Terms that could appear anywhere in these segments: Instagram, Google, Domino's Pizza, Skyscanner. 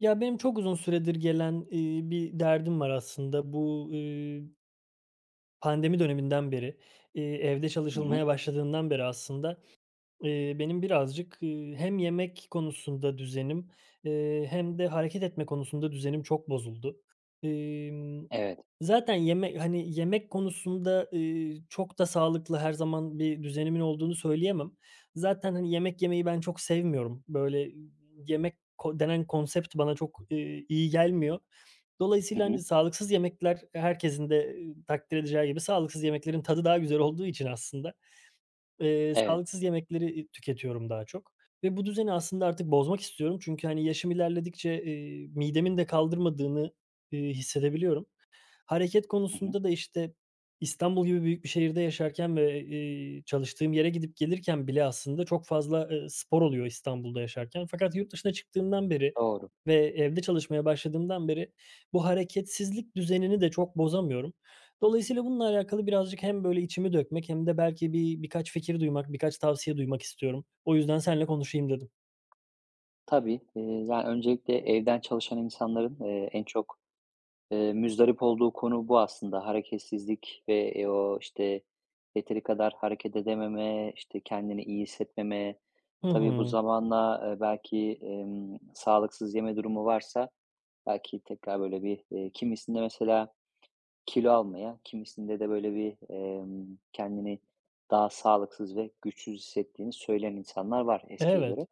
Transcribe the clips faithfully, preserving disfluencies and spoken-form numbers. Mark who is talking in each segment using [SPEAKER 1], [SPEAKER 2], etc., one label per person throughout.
[SPEAKER 1] Ya, benim çok uzun süredir gelen, eee, bir derdim var aslında. Bu, eee, pandemi döneminden beri, eee, evde
[SPEAKER 2] Hı hı.
[SPEAKER 1] çalışılmaya başladığından beri aslında, Eee, benim birazcık, eee, hem yemek konusunda düzenim, eee, hem de hareket etme konusunda düzenim çok bozuldu. Emm,
[SPEAKER 2] Evet.
[SPEAKER 1] zaten yemek hani, yemek konusunda, eee, çok da sağlıklı her zaman bir düzenimin olduğunu söyleyemem. Zaten, hani, yemek yemeyi ben çok sevmiyorum. Böyle, yemek ko denen konsept bana çok, eee, iyi gelmiyor.
[SPEAKER 2] Hı
[SPEAKER 1] Dolayısıyla,
[SPEAKER 2] hı.
[SPEAKER 1] hani, sağlıksız yemekler herkesin de, eee, takdir edeceği gibi sağlıksız yemeklerin tadı daha güzel olduğu için aslında Eee,
[SPEAKER 2] Evet.
[SPEAKER 1] sağlıksız yemekleri, tüketiyorum daha çok ve bu düzeni aslında artık bozmak istiyorum. Çünkü, hani, yaşım ilerledikçe, eee, midemin de kaldırmadığını, eee, hissedebiliyorum. Hareket
[SPEAKER 2] Hı hı.
[SPEAKER 1] konusunda da, işte, İstanbul gibi büyük bir şehirde yaşarken ve, eee, çalıştığım yere gidip gelirken bile aslında çok fazla, eee, spor oluyor İstanbul'da yaşarken. Fakat yurt dışına çıktığımdan beri
[SPEAKER 2] Doğru.
[SPEAKER 1] ve evde çalışmaya başladığımdan beri bu hareketsizlik düzenini de çok bozamıyorum. Dolayısıyla bununla alakalı birazcık hem böyle içimi dökmek hem de belki bir birkaç fikir duymak, birkaç tavsiye duymak istiyorum. O yüzden seninle konuşayım dedim.
[SPEAKER 2] Tabii, eee, yani, öncelikle evden çalışan insanların, eee, en çok, eee, muzdarip olduğu konu bu aslında. Hareketsizlik ve, eee, o, işte, yeteri kadar hareket edememe, işte, kendini iyi hissetmeme.
[SPEAKER 1] Hı
[SPEAKER 2] Tabii bu
[SPEAKER 1] hı.
[SPEAKER 2] zamanla, eee, belki, emm, sağlıksız yeme durumu varsa belki tekrar böyle bir, eee, kimisinde mesela kilo almaya, kimisinde de böyle bir, emm, kendini daha sağlıksız ve güçsüz hissettiğini söyleyen insanlar var eskiye
[SPEAKER 1] Evet.
[SPEAKER 2] göre.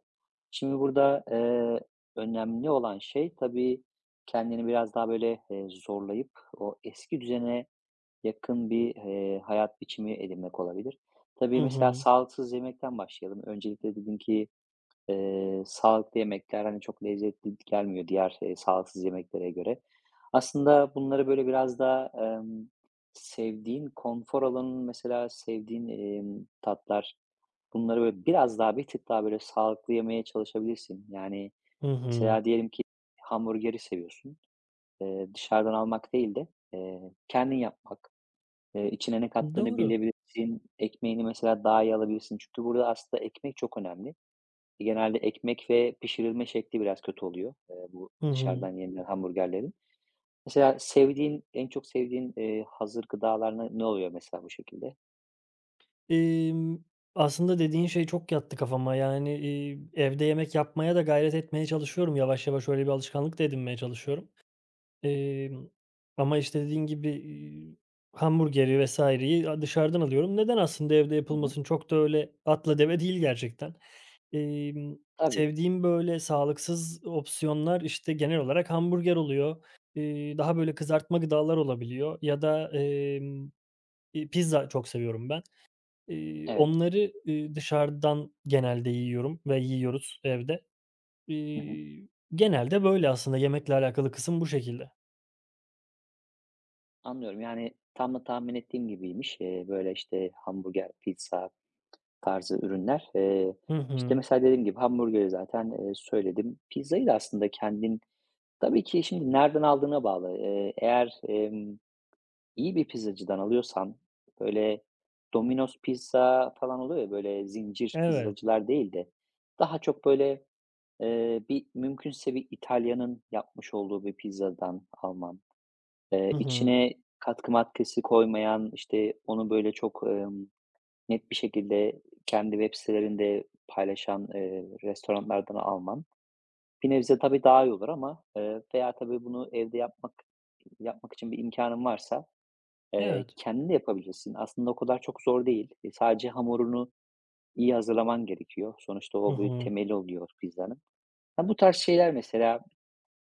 [SPEAKER 2] Şimdi burada, eee, önemli olan şey tabii kendini biraz daha böyle, eee, zorlayıp o eski düzene yakın bir, eee, hayat biçimi edinmek olabilir. Tabii
[SPEAKER 1] Hı
[SPEAKER 2] mesela
[SPEAKER 1] hı.
[SPEAKER 2] sağlıksız yemekten başlayalım. Öncelikle dedim ki, Eee, sağlıklı yemekler, hani, çok lezzetli gelmiyor diğer, eee, sağlıksız yemeklere göre. Aslında bunları, böyle, biraz daha, emm, sevdiğin konfor alanın mesela sevdiğin, emm, tatlar, bunları, böyle, biraz daha, bir tık daha, böyle, sağlıklı yemeye çalışabilirsin. Yani,
[SPEAKER 1] Hı hı.
[SPEAKER 2] mesela diyelim ki hamburgeri seviyorsun. Eee, dışarıdan almak değil de, eee, kendin yapmak, eee, içine ne kattığını
[SPEAKER 1] Doğru.
[SPEAKER 2] bilebilirsin, ekmeğini mesela daha iyi alabilirsin. Çünkü burada aslında ekmek çok önemli. Genelde ekmek ve pişirilme şekli biraz kötü oluyor, eee, bu
[SPEAKER 1] Hı hı.
[SPEAKER 2] dışarıdan yenilen hamburgerlerin. Mesela sevdiğin, en çok sevdiğin, eee, hazır gıdalar ne ne oluyor mesela bu şekilde?
[SPEAKER 1] Emm, aslında dediğin şey çok yattı kafama. Yani, iii, evde yemek yapmaya da gayret etmeye çalışıyorum. Yavaş yavaş öyle bir alışkanlık da edinmeye çalışıyorum. Emm, ama, işte, dediğin gibi, iii, hamburgeri vesaire yi a dışarıdan alıyorum. Neden aslında evde
[SPEAKER 2] Hı hı.
[SPEAKER 1] yapılmasın? Çok da öyle atla deve değil gerçekten. Emm,
[SPEAKER 2] Tabii,
[SPEAKER 1] sevdiğim, böyle, sağlıksız opsiyonlar, işte, genel olarak hamburger oluyor. Eee, daha böyle kızartma gıdalar olabiliyor ya da, emm, iii, pizza çok seviyorum ben. İii,
[SPEAKER 2] evet.
[SPEAKER 1] onları, iii, dışarıdan genelde yiyorum ve yiyoruz evde.
[SPEAKER 2] Hı hı.
[SPEAKER 1] İii, genelde böyle aslında yemekle alakalı kısım bu şekilde.
[SPEAKER 2] Anlıyorum. Yani tam da tahmin ettiğim gibiymiş. Eee, böyle, işte, hamburger, pizza tarzı ürünler. Eee,
[SPEAKER 1] Hı
[SPEAKER 2] işte,
[SPEAKER 1] hı.
[SPEAKER 2] mesela dediğim gibi hamburgeri zaten, eee, söyledim. Pizzayı da aslında kendin tabii ki şimdi nereden aldığına bağlı. Eee, eğer, emm İyi bir pizzacıdan alıyorsan, böyle, Domino's Pizza falan oluyor ya, böyle, zincir
[SPEAKER 1] Evet.
[SPEAKER 2] pizzacılar değil de daha çok, böyle, eee, bir mümkünse bir İtalya'nın yapmış olduğu bir pizzadan alman,
[SPEAKER 1] Hı
[SPEAKER 2] eee,
[SPEAKER 1] hı.
[SPEAKER 2] içine katkı maddesi koymayan, işte, onu, böyle, çok, emm, net bir şekilde kendi web sitelerinde paylaşan, eee, restoranlardan alman bir nebze tabii daha iyi olur ama, eee, veya tabii bunu evde yapmak yapmak için bir imkânın varsa Eee,
[SPEAKER 1] Evet.
[SPEAKER 2] kendin de yapabilirsin. Aslında o kadar çok zor değil. E, sadece hamurunu iyi hazırlaman gerekiyor. Sonuçta
[SPEAKER 1] Hı
[SPEAKER 2] o bir
[SPEAKER 1] hı.
[SPEAKER 2] temeli oluyor pizzanın. Ha, bu tarz şeyler mesela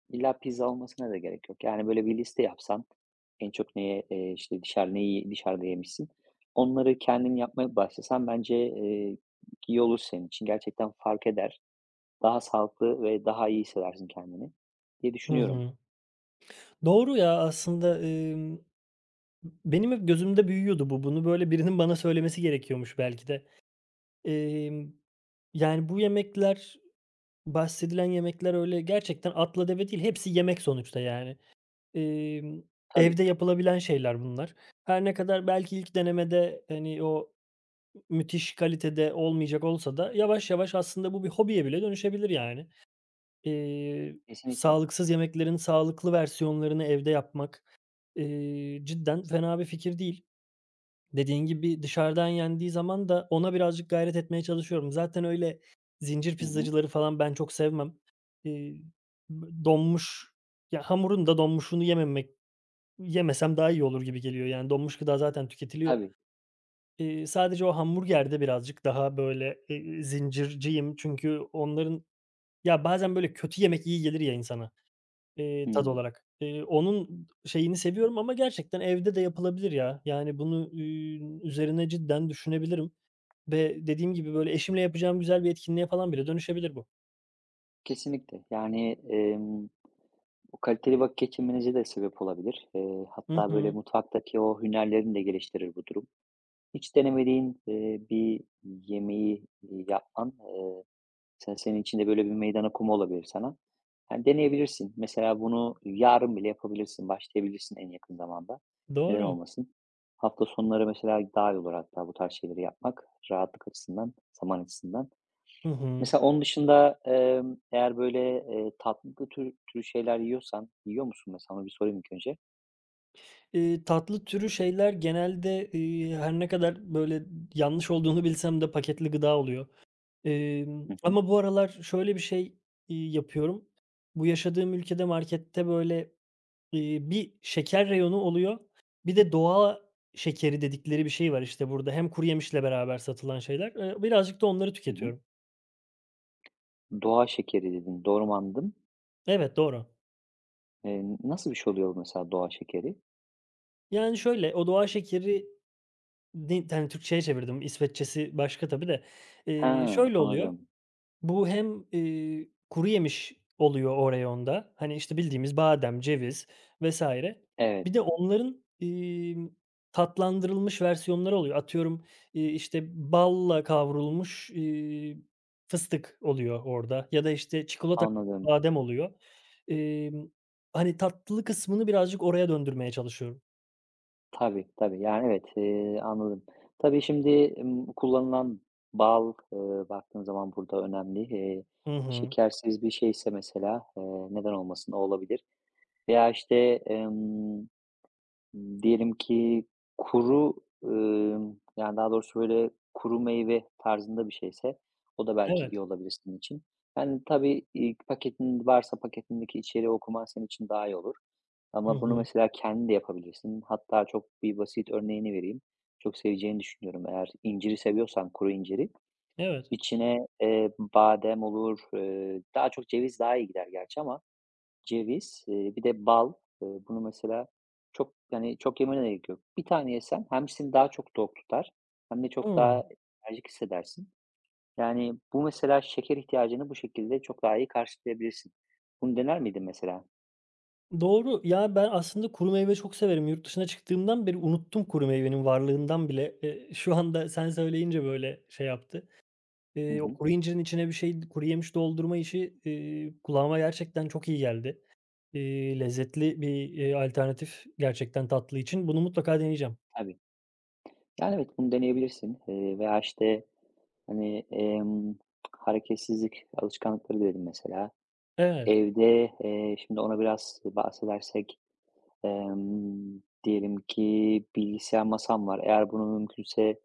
[SPEAKER 2] illa pizza olmasına da gerek yok. Yani böyle bir liste yapsan en çok neye, eee, işte dışarı neyi dışarıda yemişsin. Onları kendin yapmaya başlasan bence, eee, iyi olur senin için. Gerçekten fark eder. Daha sağlıklı ve daha iyi hissedersin kendini diye
[SPEAKER 1] Hı
[SPEAKER 2] düşünüyorum.
[SPEAKER 1] hı. Doğru ya aslında, emm, benim hep gözümde büyüyordu bu. Bunu böyle birinin bana söylemesi gerekiyormuş belki de. Emm, yani bu yemekler, bahsedilen yemekler öyle gerçekten atla deve değil. Hepsi yemek sonuçta yani. Emm,
[SPEAKER 2] Tabii,
[SPEAKER 1] evde yapılabilen şeyler bunlar. Her ne kadar belki ilk denemede, hani, o müthiş kalitede olmayacak olsa da yavaş yavaş aslında bu bir hobiye bile dönüşebilir yani. Eee,
[SPEAKER 2] kesinlikle.
[SPEAKER 1] sağlıksız yemeklerin sağlıklı versiyonlarını evde yapmak, eee, cidden fena bir fikir değil. Dediğin gibi dışarıdan yendiği zaman da ona birazcık gayret etmeye çalışıyorum. Zaten öyle zincir
[SPEAKER 2] Hı hı.
[SPEAKER 1] pizzacıları falan ben çok sevmem. Eee, b donmuş, ya hamurun da donmuşunu yememek yemesem daha iyi olur gibi geliyor. Yani donmuş gıda zaten tüketiliyor.
[SPEAKER 2] Tabii.
[SPEAKER 1] Eee, sadece o hamburgerde birazcık daha böyle, eee, zincirciyim çünkü onların ya, bazen böyle kötü yemek iyi gelir ya insana, eee, tat
[SPEAKER 2] Hımm.
[SPEAKER 1] olarak. Eee, onun şeyini seviyorum ama gerçekten evde de yapılabilir ya. Yani bunu, üüü, üzerine cidden düşünebilirim ve dediğim gibi, böyle, eşimle yapacağım güzel bir etkinliğe falan bile dönüşebilir bu.
[SPEAKER 2] Kesinlikle. Yani, emm o kaliteli vakit geçirmenize de sebep olabilir. Eee,
[SPEAKER 1] Hı
[SPEAKER 2] hatta böyle
[SPEAKER 1] hı.
[SPEAKER 2] mutfaktaki o hünerlerini de geliştirir bu durum. Hiç denemediğin, eee, bir yemeği, iii, yapman, eee, sen senin için de böyle bir meydan okuma olabilir sana. Yani, deneyebilirsin. Mesela bunu yarın bile yapabilirsin, başlayabilirsin en yakın zamanda. Neden
[SPEAKER 1] Doğru.
[SPEAKER 2] olmasın? Hafta sonları mesela daha iyi olur hatta bu tarz şeyleri yapmak rahatlık açısından, zaman açısından.
[SPEAKER 1] Hı hı.
[SPEAKER 2] Mesela onun dışında, emm, eğer böyle, eee, tatlı bu tür tür türü şeyler yiyorsan, yiyor musun mesela? Onu bir sorayım ilk önce.
[SPEAKER 1] Eee, tatlı türü şeyler genelde, eee, her ne kadar böyle yanlış olduğunu bilsem de paketli gıda oluyor. Emm,
[SPEAKER 2] Hı hı.
[SPEAKER 1] ama bu aralar şöyle bir şey, iii, yapıyorum. Bu yaşadığım ülkede markette böyle, eee, bir şeker reyonu oluyor, bir de doğa şekeri dedikleri bir şey var işte burada. Hem kuruyemişle beraber satılan şeyler. Eee, birazcık da onları
[SPEAKER 2] Hı hı.
[SPEAKER 1] tüketiyorum.
[SPEAKER 2] Doğa şekeri dedin, doğru mu anladım?
[SPEAKER 1] Evet, doğru.
[SPEAKER 2] Eee, nasıl bir şey oluyor mesela doğa şekeri?
[SPEAKER 1] Yani şöyle, o doğa şekeri ni hani Türkçeye çevirdim. İsveççesi başka tabii de. Eee,
[SPEAKER 2] Ha,
[SPEAKER 1] şöyle oluyor.
[SPEAKER 2] anladım.
[SPEAKER 1] Bu hem, eee, kuru yemiş oluyor o reyonda. Hani, işte, bildiğimiz badem, ceviz vesaire.
[SPEAKER 2] Evet,
[SPEAKER 1] Bir de onların, emm, tatlandırılmış versiyonları oluyor. Atıyorum, iii, işte, balla kavrulmuş, iii, fıstık oluyor orada ya da, işte, çikolata
[SPEAKER 2] anladım.
[SPEAKER 1] badem oluyor. Emm, hani, tatlı kısmını birazcık oraya döndürmeye çalışıyorum.
[SPEAKER 2] Tabii, tabii. Yani, evet, eee, anladım. Tabii şimdi, ımm, kullanılan bal, ııı, baktığın zaman burada önemli. Eee,
[SPEAKER 1] Hı hı.
[SPEAKER 2] şekersiz bir şeyse mesela, eee, neden olmasın, o olabilir veya işte, emm diyelim ki kuru, ımm, yani, daha doğrusu, böyle, kuru meyve tarzında bir şeyse o da belki iyi
[SPEAKER 1] Evet.
[SPEAKER 2] olabilir senin için. Yani, tabii, iii, paketin varsa paketindeki içeriği okuman senin için daha iyi olur
[SPEAKER 1] Hı
[SPEAKER 2] ama bunu
[SPEAKER 1] hı.
[SPEAKER 2] mesela kendin de yapabilirsin. Hatta çok bir basit örneğini vereyim. Çok seveceğini düşünüyorum. Eğer inciri seviyorsan, kuru inciri,
[SPEAKER 1] Evet.
[SPEAKER 2] içine, eee, badem olur, eee, daha çok ceviz daha iyi gider gerçi ama ceviz, eee, bir de bal. Eee, bunu mesela çok, yani, çok yemene de gerek yok. Bir tane yesen hem seni daha çok tok tutar hem de çok
[SPEAKER 1] Hıı.
[SPEAKER 2] daha enerjik hissedersin. Yani, bu mesela şeker ihtiyacını bu şekilde çok daha iyi karşılayabilirsin. Bunu dener miydin mesela?
[SPEAKER 1] Doğru. Ya, ben aslında kuru meyve çok severim. Yurt dışına çıktığımdan beri unuttum kuru meyvenin varlığından bile. Eee, şu anda sen söyleyince böyle şey yaptı.
[SPEAKER 2] Hı
[SPEAKER 1] Eee, o
[SPEAKER 2] hı.
[SPEAKER 1] kuru incirin içine bir şey, kuru yemiş doldurma işi, eee, kulağıma gerçekten çok iyi geldi. Eee, lezzetli bir, eee, alternatif gerçekten tatlı için. Bunu mutlaka deneyeceğim.
[SPEAKER 2] Tabii. Yani, evet, bunu deneyebilirsin, eee, veya, işte, hani, emm, hareketsizlik alışkanlıkları dedim mesela.
[SPEAKER 1] Evet.
[SPEAKER 2] Evde, eee, şimdi ona biraz bahsedersek Emm, diyelim ki bilgisayar masam var. Eğer bunu mümkünse,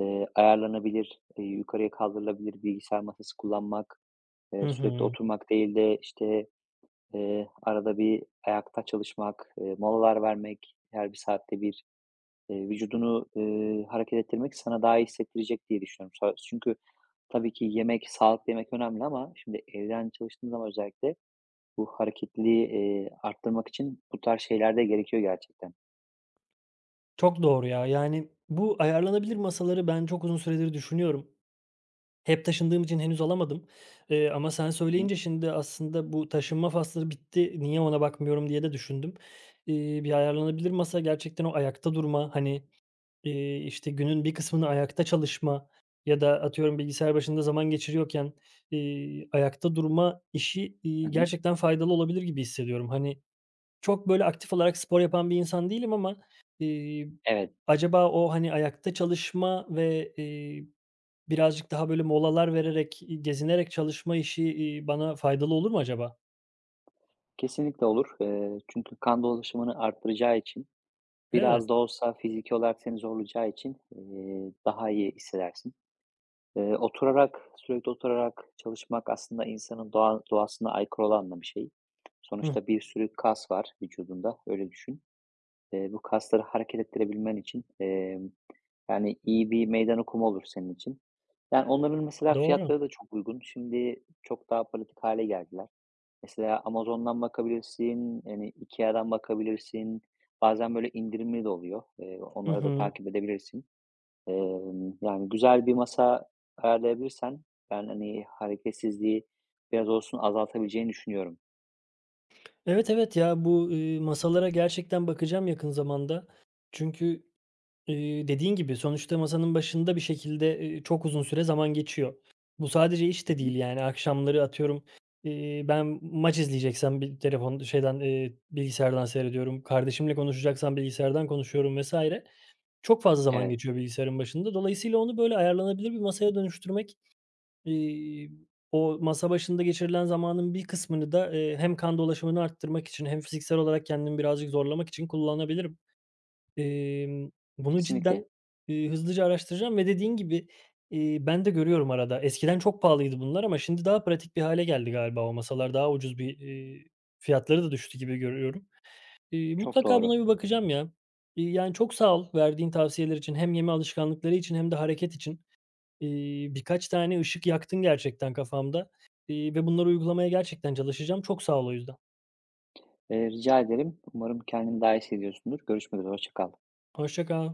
[SPEAKER 2] eee, ayarlanabilir, eee, yukarıya kaldırılabilir bilgisayar masası kullanmak,
[SPEAKER 1] Hı
[SPEAKER 2] eee, sürekli
[SPEAKER 1] hı.
[SPEAKER 2] oturmak değil de, işte, eee, arada bir ayakta çalışmak, eee, molalar vermek, her bir saatte bir, eee, vücudunu, eee, hareket ettirmek sana daha iyi hissettirecek diye düşünüyorum. Sa çünkü tabii ki yemek, sağlıklı yemek önemli ama şimdi evden çalıştığın zaman özellikle bu hareketliliği, eee, arttırmak için bu tarz şeyler de gerekiyor gerçekten.
[SPEAKER 1] Çok doğru ya. Yani bu ayarlanabilir masaları ben çok uzun süredir düşünüyorum. Hep taşındığım için henüz alamadım, eee, ama sen
[SPEAKER 2] Hı hı.
[SPEAKER 1] söyleyince şimdi aslında bu taşınma faslı bitti, niye ona bakmıyorum diye de düşündüm. Eee, bir ayarlanabilir masa gerçekten o ayakta durma, hani, eee, işte, günün bir kısmını ayakta çalışma ya da atıyorum bilgisayar başında zaman geçiriyorken, eee, ayakta durma işi, iii,
[SPEAKER 2] Hı hı.
[SPEAKER 1] gerçekten faydalı olabilir gibi hissediyorum. Hani, çok böyle aktif olarak spor yapan bir insan değilim ama, eee,
[SPEAKER 2] Evet,
[SPEAKER 1] acaba o, hani, ayakta çalışma ve, eee, birazcık daha böyle molalar vererek, iii, gezinerek çalışma işi, iii, bana faydalı olur mu acaba?
[SPEAKER 2] kesinlikle olur. Eee, çünkü kan dolaşımını arttıracağı için,
[SPEAKER 1] Evet.
[SPEAKER 2] biraz da olsa fiziki olarak seni zorlayacağı için, eee, daha iyi hissedersin. Eee, oturarak, sürekli oturarak çalışmak aslında insanın doğa doğasına aykırı olan da bir şey.
[SPEAKER 1] Hıh.
[SPEAKER 2] Sonuçta bir sürü kas var vücudunda, öyle düşün. Eee, bu kasları hareket ettirebilmen için, emm, yani iyi bir meydan okuma olur senin için. Yani onların mesela
[SPEAKER 1] Doğru.
[SPEAKER 2] fiyatları da çok uygun. Şimdi çok daha pratik hale geldiler. Mesela Amazon'dan bakabilirsin, yani ikeadan bakabilirsin. Bazen böyle indirimli de oluyor. Eee,
[SPEAKER 1] Hı
[SPEAKER 2] onları da
[SPEAKER 1] hı.
[SPEAKER 2] takip edebilirsin. Emm, yani güzel bir masa ayarlayabilirsen ben, hani, hareketsizliği biraz olsun azaltabileceğini düşünüyorum.
[SPEAKER 1] Evet, evet ya, bu, eee, masalara gerçekten bakacağım yakın zamanda. Çünkü Eee, dediğin gibi sonuçta masanın başında bir şekilde, eee, çok uzun süre zaman geçiyor. Bu sadece iş
[SPEAKER 2] Hı
[SPEAKER 1] de değil
[SPEAKER 2] hı.
[SPEAKER 1] yani akşamları atıyorum, eee, ben maç izleyeceksem bir telefon şeyden, eee, bilgisayardan seyrediyorum. Kardeşimle konuşacaksam bilgisayardan konuşuyorum vesaire. Çok fazla zaman
[SPEAKER 2] Evet,
[SPEAKER 1] geçiyor bilgisayarın başında. Dolayısıyla onu böyle ayarlanabilir bir masaya dönüştürmek, eee, o masa başında geçirilen zamanın bir kısmını da, eee, hem kan dolaşımını arttırmak için hem fiziksel olarak kendimi birazcık zorlamak için kullanabilirim. Emm, bunu cidden,
[SPEAKER 2] kesinlikle.
[SPEAKER 1] eee, hızlıca araştıracağım ve dediğin gibi, eee, ben de görüyorum arada. Eskiden çok pahalıydı bunlar ama şimdi daha pratik bir hâle geldi galiba o masalar. Daha ucuz bir, eee, fiyatları da düştü gibi görüyorum. Eee,
[SPEAKER 2] Çok
[SPEAKER 1] mutlaka
[SPEAKER 2] doğru.
[SPEAKER 1] buna bir bakacağım ya. İii, yani, çok sağ ol verdiğin tavsiyeler için. Hem yeme alışkanlıkları için hem de hareket için. İii, birkaç tane ışık yaktın gerçekten kafamda, iii, ve bunları uygulamaya gerçekten çalışacağım. Çok sağ ol o yüzden.
[SPEAKER 2] Eee, rica ederim. Umarım kendini daha iyi hissediyorsundur. Görüşmek üzere, hoşça kal.
[SPEAKER 1] Hoşça kal.